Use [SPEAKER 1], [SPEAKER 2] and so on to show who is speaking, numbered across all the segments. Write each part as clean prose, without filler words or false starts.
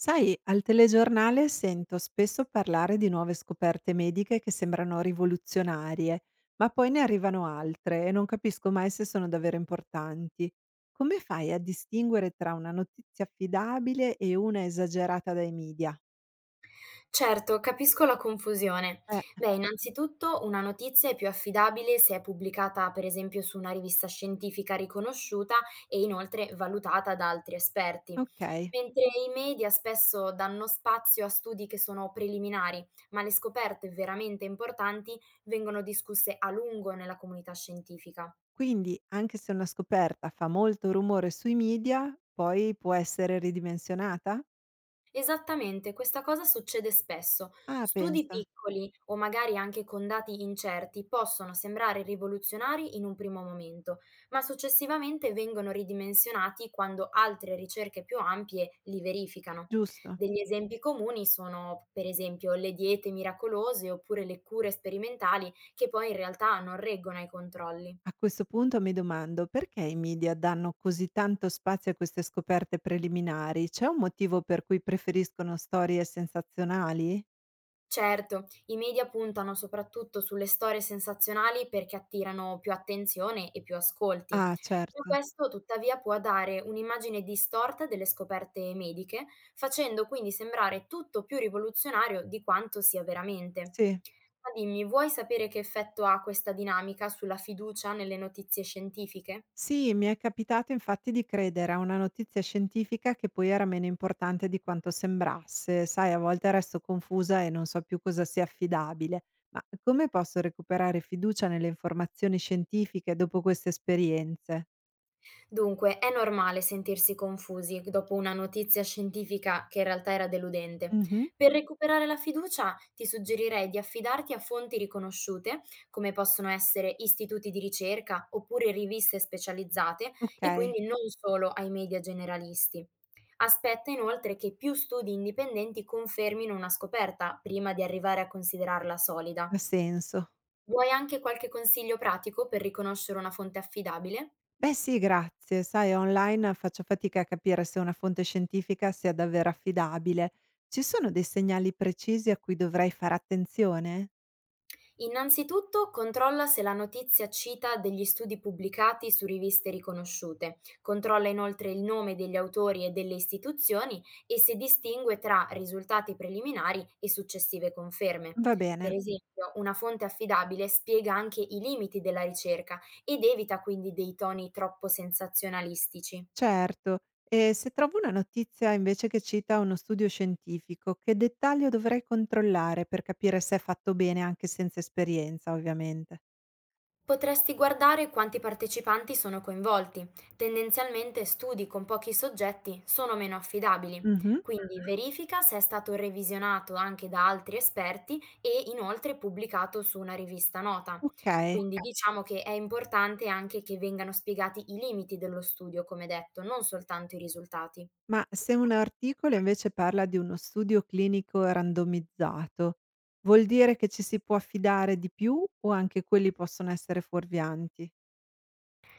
[SPEAKER 1] Sai, al telegiornale sento spesso parlare di nuove scoperte mediche che sembrano rivoluzionarie, ma poi ne arrivano altre e non capisco mai se sono davvero importanti. Come fai a distinguere tra una notizia affidabile e una esagerata dai media?
[SPEAKER 2] Certo, capisco la confusione.
[SPEAKER 1] Eh,
[SPEAKER 2] Beh, innanzitutto una notizia è più affidabile se è pubblicata, per esempio, su una rivista scientifica riconosciuta e inoltre valutata da altri esperti.
[SPEAKER 1] ok.
[SPEAKER 2] Mentre i media spesso danno spazio a studi che sono preliminari, ma le scoperte veramente importanti vengono discusse a lungo nella comunità scientifica.
[SPEAKER 1] Quindi, anche se una scoperta fa molto rumore sui media, poi può essere ridimensionata?
[SPEAKER 2] Esattamente, questa cosa succede spesso.
[SPEAKER 1] Ah,
[SPEAKER 2] Studi
[SPEAKER 1] pensa,
[SPEAKER 2] piccoli o magari anche con dati incerti possono sembrare rivoluzionari in un primo momento, ma successivamente vengono ridimensionati quando altre ricerche più ampie li verificano.
[SPEAKER 1] giusto.
[SPEAKER 2] Degli esempi comuni sono, per esempio, le diete miracolose oppure le cure sperimentali che poi in realtà non reggono ai controlli.
[SPEAKER 1] A questo punto mi domando perché i media danno così tanto spazio a queste scoperte preliminari? C'è un motivo per cui preferiscono storie sensazionali?
[SPEAKER 2] Certo, i media puntano soprattutto sulle storie sensazionali perché attirano più attenzione e più ascolti,
[SPEAKER 1] Ah,
[SPEAKER 2] ma
[SPEAKER 1] certo.
[SPEAKER 2] questo tuttavia può dare un'immagine distorta delle scoperte mediche, facendo quindi sembrare tutto più rivoluzionario di quanto sia veramente.
[SPEAKER 1] Sì.
[SPEAKER 2] Ma dimmi, vuoi sapere che effetto ha questa dinamica sulla fiducia nelle notizie scientifiche?
[SPEAKER 1] Sì, mi è capitato infatti di credere a una notizia scientifica che poi era meno importante di quanto sembrasse. Sai, a volte resto confusa e non so più cosa sia affidabile. Ma come posso recuperare fiducia nelle informazioni scientifiche dopo queste esperienze?
[SPEAKER 2] Dunque, è normale sentirsi confusi dopo una notizia scientifica che in realtà era deludente.
[SPEAKER 1] Mhm.
[SPEAKER 2] Per recuperare la fiducia, ti suggerirei di affidarti a fonti riconosciute, come possono essere istituti di ricerca oppure riviste specializzate,
[SPEAKER 1] Ok,
[SPEAKER 2] e quindi non solo ai media generalisti. Aspetta inoltre che più studi indipendenti confermino una scoperta prima di arrivare a considerarla solida.
[SPEAKER 1] ha senso.
[SPEAKER 2] Vuoi anche qualche consiglio pratico per riconoscere una fonte affidabile?
[SPEAKER 1] Beh sì, grazie. Sai, online faccio fatica a capire se una fonte scientifica sia davvero affidabile. Ci sono dei segnali precisi a cui dovrei fare attenzione?
[SPEAKER 2] Innanzitutto controlla se la notizia cita degli studi pubblicati su riviste riconosciute, controlla inoltre il nome degli autori e delle istituzioni e se distingue tra risultati preliminari e successive conferme.
[SPEAKER 1] Va
[SPEAKER 2] Per
[SPEAKER 1] bene,
[SPEAKER 2] esempio, una fonte affidabile spiega anche i limiti della ricerca ed evita quindi dei toni troppo sensazionalistici.
[SPEAKER 1] certo. E se trovo una notizia invece che cita uno studio scientifico, che dettaglio dovrei controllare per capire se è fatto bene anche senza esperienza, ovviamente?
[SPEAKER 2] Potresti guardare quanti partecipanti sono coinvolti. Tendenzialmente studi con pochi soggetti sono meno affidabili,
[SPEAKER 1] Mhm,
[SPEAKER 2] quindi verifica se è stato revisionato anche da altri esperti e inoltre pubblicato su una rivista nota.
[SPEAKER 1] ok.
[SPEAKER 2] Quindi diciamo che è importante anche che vengano spiegati i limiti dello studio, come detto, non soltanto i risultati.
[SPEAKER 1] Ma se un articolo invece parla di uno studio clinico randomizzato, vuol dire che ci si può affidare di più o anche quelli possono essere fuorvianti?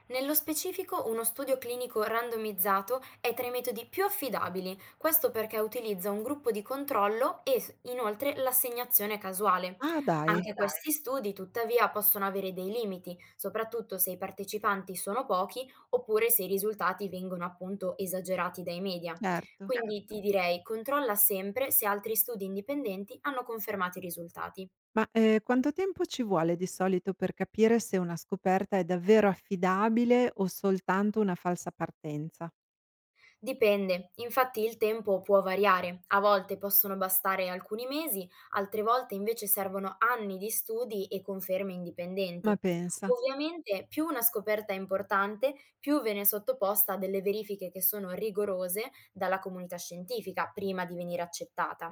[SPEAKER 2] Nello specifico, uno studio clinico randomizzato è tra i metodi più affidabili, questo perché utilizza un gruppo di controllo e inoltre l'assegnazione casuale.
[SPEAKER 1] Ah
[SPEAKER 2] Ma
[SPEAKER 1] dai,
[SPEAKER 2] Anche dai. Questi studi, tuttavia, possono avere dei limiti, soprattutto se i partecipanti sono pochi oppure se i risultati vengono appunto esagerati dai media.
[SPEAKER 1] certo.
[SPEAKER 2] Quindi ti direi, controlla sempre se altri studi indipendenti hanno confermato i risultati.
[SPEAKER 1] Ma quanto tempo ci vuole di solito per capire se una scoperta è davvero affidabile o soltanto una falsa partenza?
[SPEAKER 2] Dipende, infatti il tempo può variare, a volte possono bastare alcuni mesi, altre volte invece servono anni di studi e conferme
[SPEAKER 1] Ma
[SPEAKER 2] indipendenti.
[SPEAKER 1] pensa.
[SPEAKER 2] Ovviamente più una scoperta è importante, più viene sottoposta a delle verifiche che sono rigorose dalla comunità scientifica prima di venire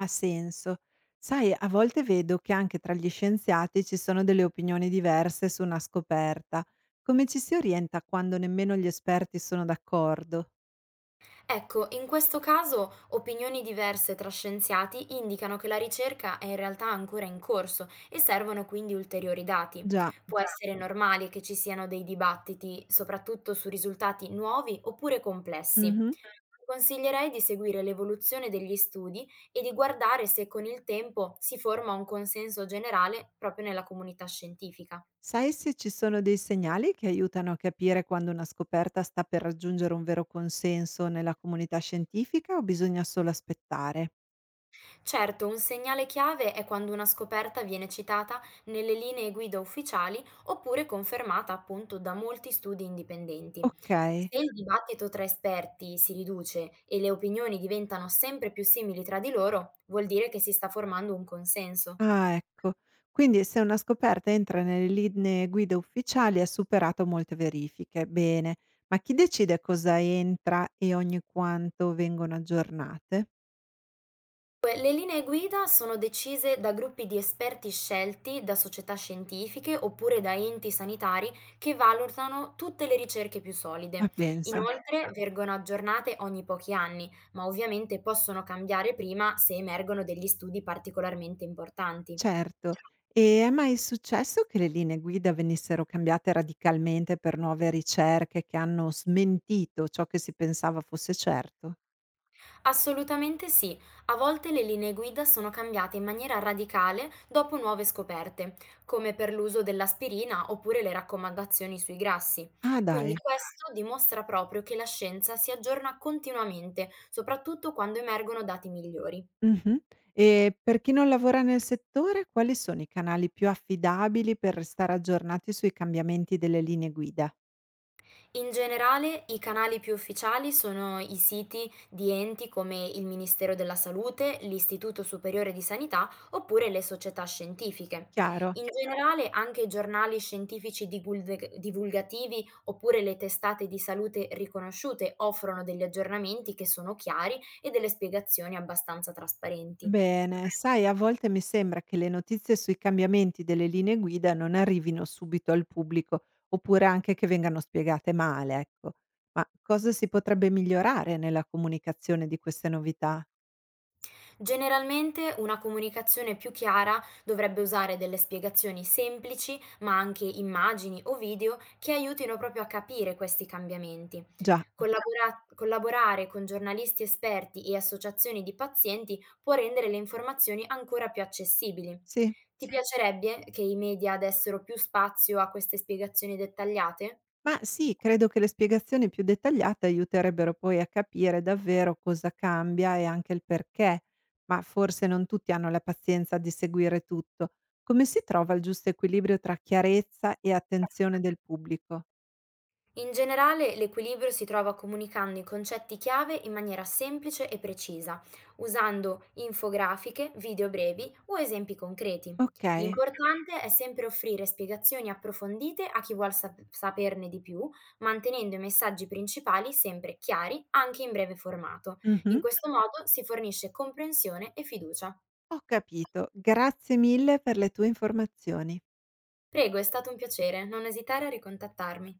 [SPEAKER 1] Ha senso. Sai, a volte vedo che anche tra gli scienziati ci sono delle opinioni diverse su una scoperta. Come ci si orienta quando nemmeno gli esperti sono d'accordo?
[SPEAKER 2] Ecco, in questo caso opinioni diverse tra scienziati indicano che la ricerca è in realtà ancora in corso e servono quindi ulteriori dati.
[SPEAKER 1] Già.
[SPEAKER 2] Può essere normale che ci siano dei dibattiti, soprattutto su risultati nuovi oppure complessi.
[SPEAKER 1] Mhm.
[SPEAKER 2] Ti consiglierei di seguire l'evoluzione degli studi e di guardare se con il tempo si forma un consenso generale proprio nella comunità scientifica.
[SPEAKER 1] Sai se ci sono dei segnali che aiutano a capire quando una scoperta sta per raggiungere un vero consenso nella comunità scientifica o bisogna solo aspettare?
[SPEAKER 2] Certo, un segnale chiave è quando una scoperta viene citata nelle linee guida ufficiali oppure confermata appunto da molti studi indipendenti.
[SPEAKER 1] Ok.
[SPEAKER 2] Se il dibattito tra esperti si riduce e le opinioni diventano sempre più simili tra di loro, vuol dire che si sta formando un consenso.
[SPEAKER 1] Ah, ecco. Quindi se una scoperta entra nelle linee guida ufficiali ha superato molte verifiche. Bene, ma chi decide cosa entra e ogni quanto vengono aggiornate?
[SPEAKER 2] Le linee guida sono decise da gruppi di esperti scelti da società scientifiche oppure da enti sanitari che valutano tutte le ricerche più solide.
[SPEAKER 1] Ma pensa,
[SPEAKER 2] Inoltre pensa, vengono aggiornate ogni pochi anni, ma ovviamente possono cambiare prima se emergono degli studi particolarmente importanti.
[SPEAKER 1] certo. E è mai successo che le linee guida venissero cambiate radicalmente per nuove ricerche che hanno smentito ciò che si pensava fosse certo?
[SPEAKER 2] Assolutamente sì, a volte le linee guida sono cambiate in maniera radicale dopo nuove scoperte, come per l'uso dell'aspirina oppure le raccomandazioni sui grassi.
[SPEAKER 1] Ah,
[SPEAKER 2] Quindi
[SPEAKER 1] dai.
[SPEAKER 2] questo dimostra proprio che la scienza si aggiorna continuamente, soprattutto quando emergono dati migliori.
[SPEAKER 1] Mh-mh. E per chi non lavora nel settore, quali sono i canali più affidabili per restare aggiornati sui cambiamenti delle linee guida?
[SPEAKER 2] In generale, i canali più ufficiali sono i siti di enti come il Ministero della Salute, l'Istituto Superiore di Sanità oppure le società scientifiche.
[SPEAKER 1] Chiaro.
[SPEAKER 2] In generale, anche i giornali scientifici divulgativi oppure le testate di salute riconosciute offrono degli aggiornamenti che sono chiari e delle spiegazioni abbastanza trasparenti.
[SPEAKER 1] Bene, sai, a volte mi sembra che le notizie sui cambiamenti delle linee guida non arrivino subito al pubblico, oppure anche che vengano spiegate male, ecco. Ma cosa si potrebbe migliorare nella comunicazione di queste novità?
[SPEAKER 2] Generalmente una comunicazione più chiara dovrebbe usare delle spiegazioni semplici, ma anche immagini o video che aiutino proprio a capire questi cambiamenti.
[SPEAKER 1] Già,
[SPEAKER 2] Collaborare con giornalisti esperti e associazioni di pazienti può rendere le informazioni ancora più accessibili.
[SPEAKER 1] sì.
[SPEAKER 2] Ti piacerebbe che i media dessero più spazio a queste spiegazioni dettagliate?
[SPEAKER 1] Ma sì, credo che le spiegazioni più dettagliate aiuterebbero poi a capire davvero cosa cambia e anche il perché, ma forse non tutti hanno la pazienza di seguire tutto. Come si trova il giusto equilibrio tra chiarezza e attenzione del pubblico?
[SPEAKER 2] In generale, l'equilibrio si trova comunicando i concetti chiave in maniera semplice e precisa, usando infografiche, video brevi o esempi concreti.
[SPEAKER 1] Ok,
[SPEAKER 2] L'importante è sempre offrire spiegazioni approfondite a chi vuole saperne di più, mantenendo i messaggi principali sempre chiari, anche in breve formato. In
[SPEAKER 1] mhm,
[SPEAKER 2] questo modo si fornisce comprensione e fiducia.
[SPEAKER 1] ho capito. Grazie mille per le tue informazioni.
[SPEAKER 2] Prego, è stato un piacere, non esitare a ricontattarmi.